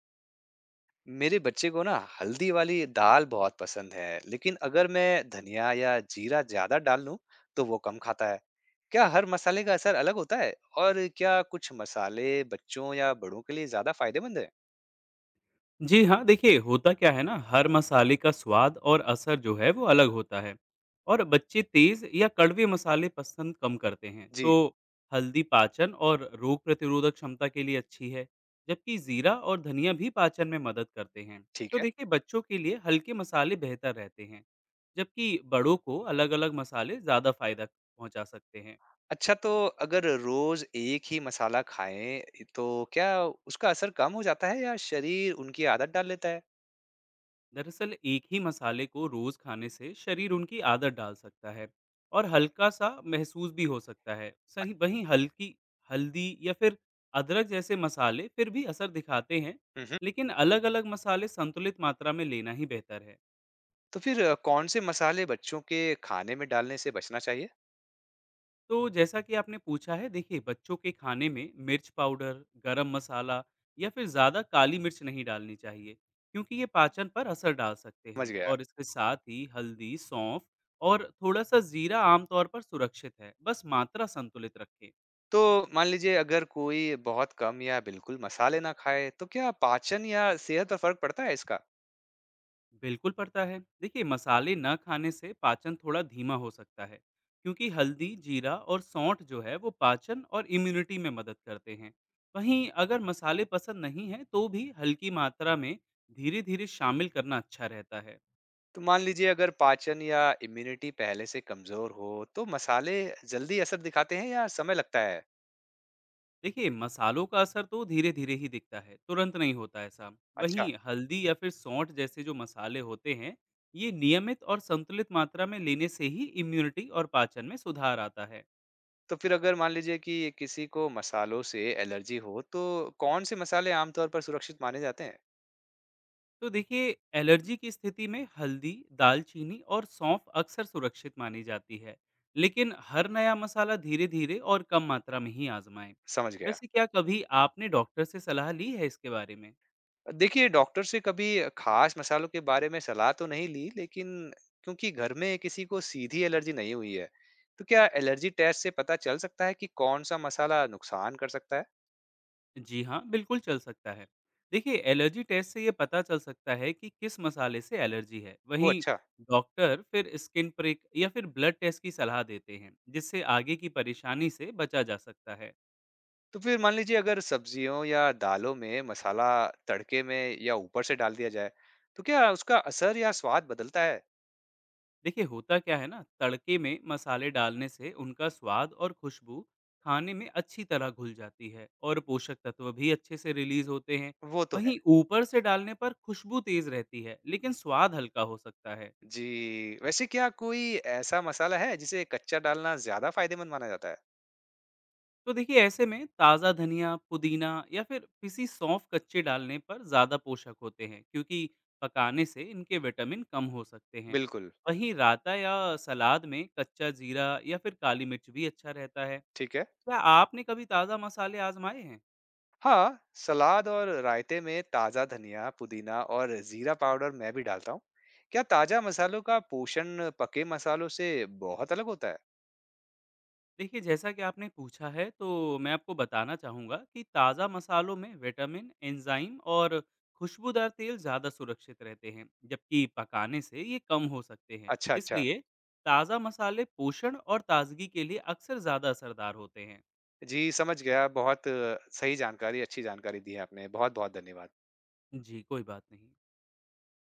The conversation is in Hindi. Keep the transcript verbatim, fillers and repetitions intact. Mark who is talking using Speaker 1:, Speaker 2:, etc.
Speaker 1: मेरे बच्चे को ना हल्दी वाली दाल बहुत पसंद है, लेकिन अगर मैं धनिया या जीरा ज्यादा डाल लूं, तो वो कम खाता है। क्या हर मसाले का असर अलग होता है? और क्या कुछ मसाले बच्चों या बड़ों के लिए ज्यादा फायदेमंद है?
Speaker 2: जी हाँ, देखिए, होता क्या है ना, हर मसाले का स्वाद और असर जो है वो अलग होता है। और बच्चे तेज या कड़वे मसाले पसंद कम करते हैं। तो
Speaker 1: जी,
Speaker 2: हल्दी पाचन और रोग प्रतिरोधक क्षमता के लिए अच्छी है, जबकि जीरा और धनिया भी पाचन में मदद करते हैं।
Speaker 1: ठीक
Speaker 2: तो
Speaker 1: है।
Speaker 2: देखिए, बच्चों के लिए हल्के मसाले बेहतर रहते हैं, जबकि बड़ों को अलग-अलग मसाले ज़्यादा फायदा पहुंचा सकते हैं।
Speaker 1: अच्छा, तो अगर रोज एक ही मसाला खाएं, तो क्या उसका असर कम हो जाता है या शरीर उनकी आदत डाल लेता है?
Speaker 2: दरअसल, एक ही मसाले को रोज खाने से शरीर उनकी आदत डाल सकता है और हल्का सा महसूस भी हो सकता है सही।
Speaker 1: अच्छा,
Speaker 2: वहीं हल्की हल्दी या फिर अदरक जैसे मसाले फिर भी असर दिखाते हैं।
Speaker 1: हम्म।
Speaker 2: लेकिन अलग अलग मसाले संतुलित मात्रा में लेना ही बेहतर है।
Speaker 1: तो फिर अ, कौन से मसाले बच्चों के खाने में डालने से बचना चाहिए?
Speaker 2: तो जैसा कि आपने पूछा है, देखिए, बच्चों के खाने में मिर्च पाउडर, गरम मसाला या फिर ज़्यादा काली मिर्च नहीं डालनी चाहिए, क्योंकि ये पाचन पर असर डाल सकते
Speaker 1: समझ
Speaker 2: हैं।
Speaker 1: गया।
Speaker 2: और इसके साथ ही हल्दी, सौंफ और थोड़ा सा जीरा आमतौर पर सुरक्षित है, बस मात्रा संतुलित रखें।
Speaker 1: तो मान लीजिए अगर कोई बहुत कम या बिल्कुल मसाले ना खाए तो क्या पाचन या सेहत पर फर्क पड़ता है इसका?
Speaker 2: बिल्कुल पड़ता है, देखिए, मसाले न खाने से पाचन थोड़ा धीमा हो सकता है, क्योंकि हल्दी, जीरा और सौंठ जो है वो पाचन और इम्यूनिटी में मदद करते हैं। वहीं अगर मसाले पसंद नहीं है, तो भी हल्की मात्रा में धीरे धीरे शामिल करना अच्छा रहता है।
Speaker 1: तो मान लीजिए अगर पाचन या इम्यूनिटी पहले से कमजोर हो तो मसाले जल्दी असर दिखाते हैं या समय लगता है?
Speaker 2: देखिए, मसालों का असर तो धीरे धीरे ही दिखता है, तुरंत नहीं होता ऐसा।
Speaker 1: अच्छा।
Speaker 2: वहीं हल्दी या फिर सौंठ जैसे जो मसाले होते हैं, ये नियमित और संतुलित मात्रा में लेने से ही इम्यूनिटी और पाचन में सुधार आता है।
Speaker 1: तो फिर अगर मान लीजिए कि किसी को मसालों से एलर्जी हो तो कौन से मसाले आमतौर पर सुरक्षित माने जाते हैं?
Speaker 2: तो देखिए, एलर्जी की स्थिति में हल्दी, दालचीनी और सौंफ अक्सर सुरक्षित मानी जाती है। लेकिन हर नया मसाला धीरे धीरे और कम मात्रा में ही आजमाएं।
Speaker 1: समझ गया।
Speaker 2: वैसे क्या कभी आपने डॉक्टर से सलाह ली है इसके बारे में?
Speaker 1: देखिए, डॉक्टर से कभी खास मसालों के बारे में सलाह तो नहीं ली, लेकिन क्योंकि घर में किसी को सीधी एलर्जी नहीं हुई है, तो क्या एलर्जी टेस्ट से पता चल सकता है कि कौन-सा मसाला नुकसान कर सकता है?
Speaker 2: जी हाँ, बिल्कुल चल सकता है। देखिए, एलर्जी टेस्ट से ये पता चल सकता है कि किस मसाले से एलर्जी है।
Speaker 1: ओह!
Speaker 2: वहीं
Speaker 1: अच्छा।
Speaker 2: डॉक्टर फिर स्किन प्रिक या फिर ब्लड टेस्ट की सलाह देते हैं, जिससे आगे की परेशानी से बचा जा सकता है।
Speaker 1: तो फिर मान लीजिए अगर सब्जियों या दालों में मसाला तड़के में या ऊपर से डाल दिया जाए, तो क्या उसका असर या स्वाद बदलता है?
Speaker 2: देखिए, होता क्या है ना, तड़के में मसाले डालने से उनका स्वाद और खुशबू खाने में अच्छी तरह घुल जाती है और पोषक तत्व भी अच्छे से रिलीज होते हैं।
Speaker 1: वो तो है।
Speaker 2: वहीं ऊपर से डालने पर खुशबू तेज रहती है, लेकिन स्वाद हल्का हो सकता है।
Speaker 1: जी, वैसे क्या कोई ऐसा मसाला है जिसे कच्चा डालना ज़्यादा फ़ायदेमंद माना जाता है?
Speaker 2: तो देखिए, ऐसे में ताज़ा धनिया, पुदीना या फिर पिसी सौंफ कच्चे डालने पर ज़्यादा पोषक होते हैं, क्योंकि पकाने से इनके विटामिन कम हो सकते हैं।
Speaker 1: बिल्कुल।
Speaker 2: वहीं राता या सलाद में कच्चा जीरा या फिर काली मिर्च भी अच्छा रहता है।
Speaker 1: ठीक है।
Speaker 2: क्या आपने कभी ताज़ा मसाले आज़माए हैं?
Speaker 1: हाँ, सलाद और रायते में ताज़ा धनिया, पुदीना और जीरा पाउडर मैं भी डालता हूँ। क्या ताज़ा मसालों का पोषण पके मसालों से बहुत अलग होता है?
Speaker 2: देखिए, जैसा कि आपने पूछा है, तो मैं आपको बताना चाहूँगा कि ताज़ा मसालों में विटामिन, एंजाइम और खुशबूदार तेल ज़्यादा सुरक्षित रहते हैं, जबकि पकाने से ये कम हो सकते हैं।
Speaker 1: अच्छा, अच्छा।
Speaker 2: इसलिए ताज़ा मसाले पोषण और ताज़गी के लिए अक्सर ज़्यादा असरदार होते हैं।
Speaker 1: जी, समझ गया। बहुत अ, सही जानकारी, अच्छी जानकारी दी है आपने। बहुत-बहुत धन्यवाद।
Speaker 2: जी, कोई बात नहीं।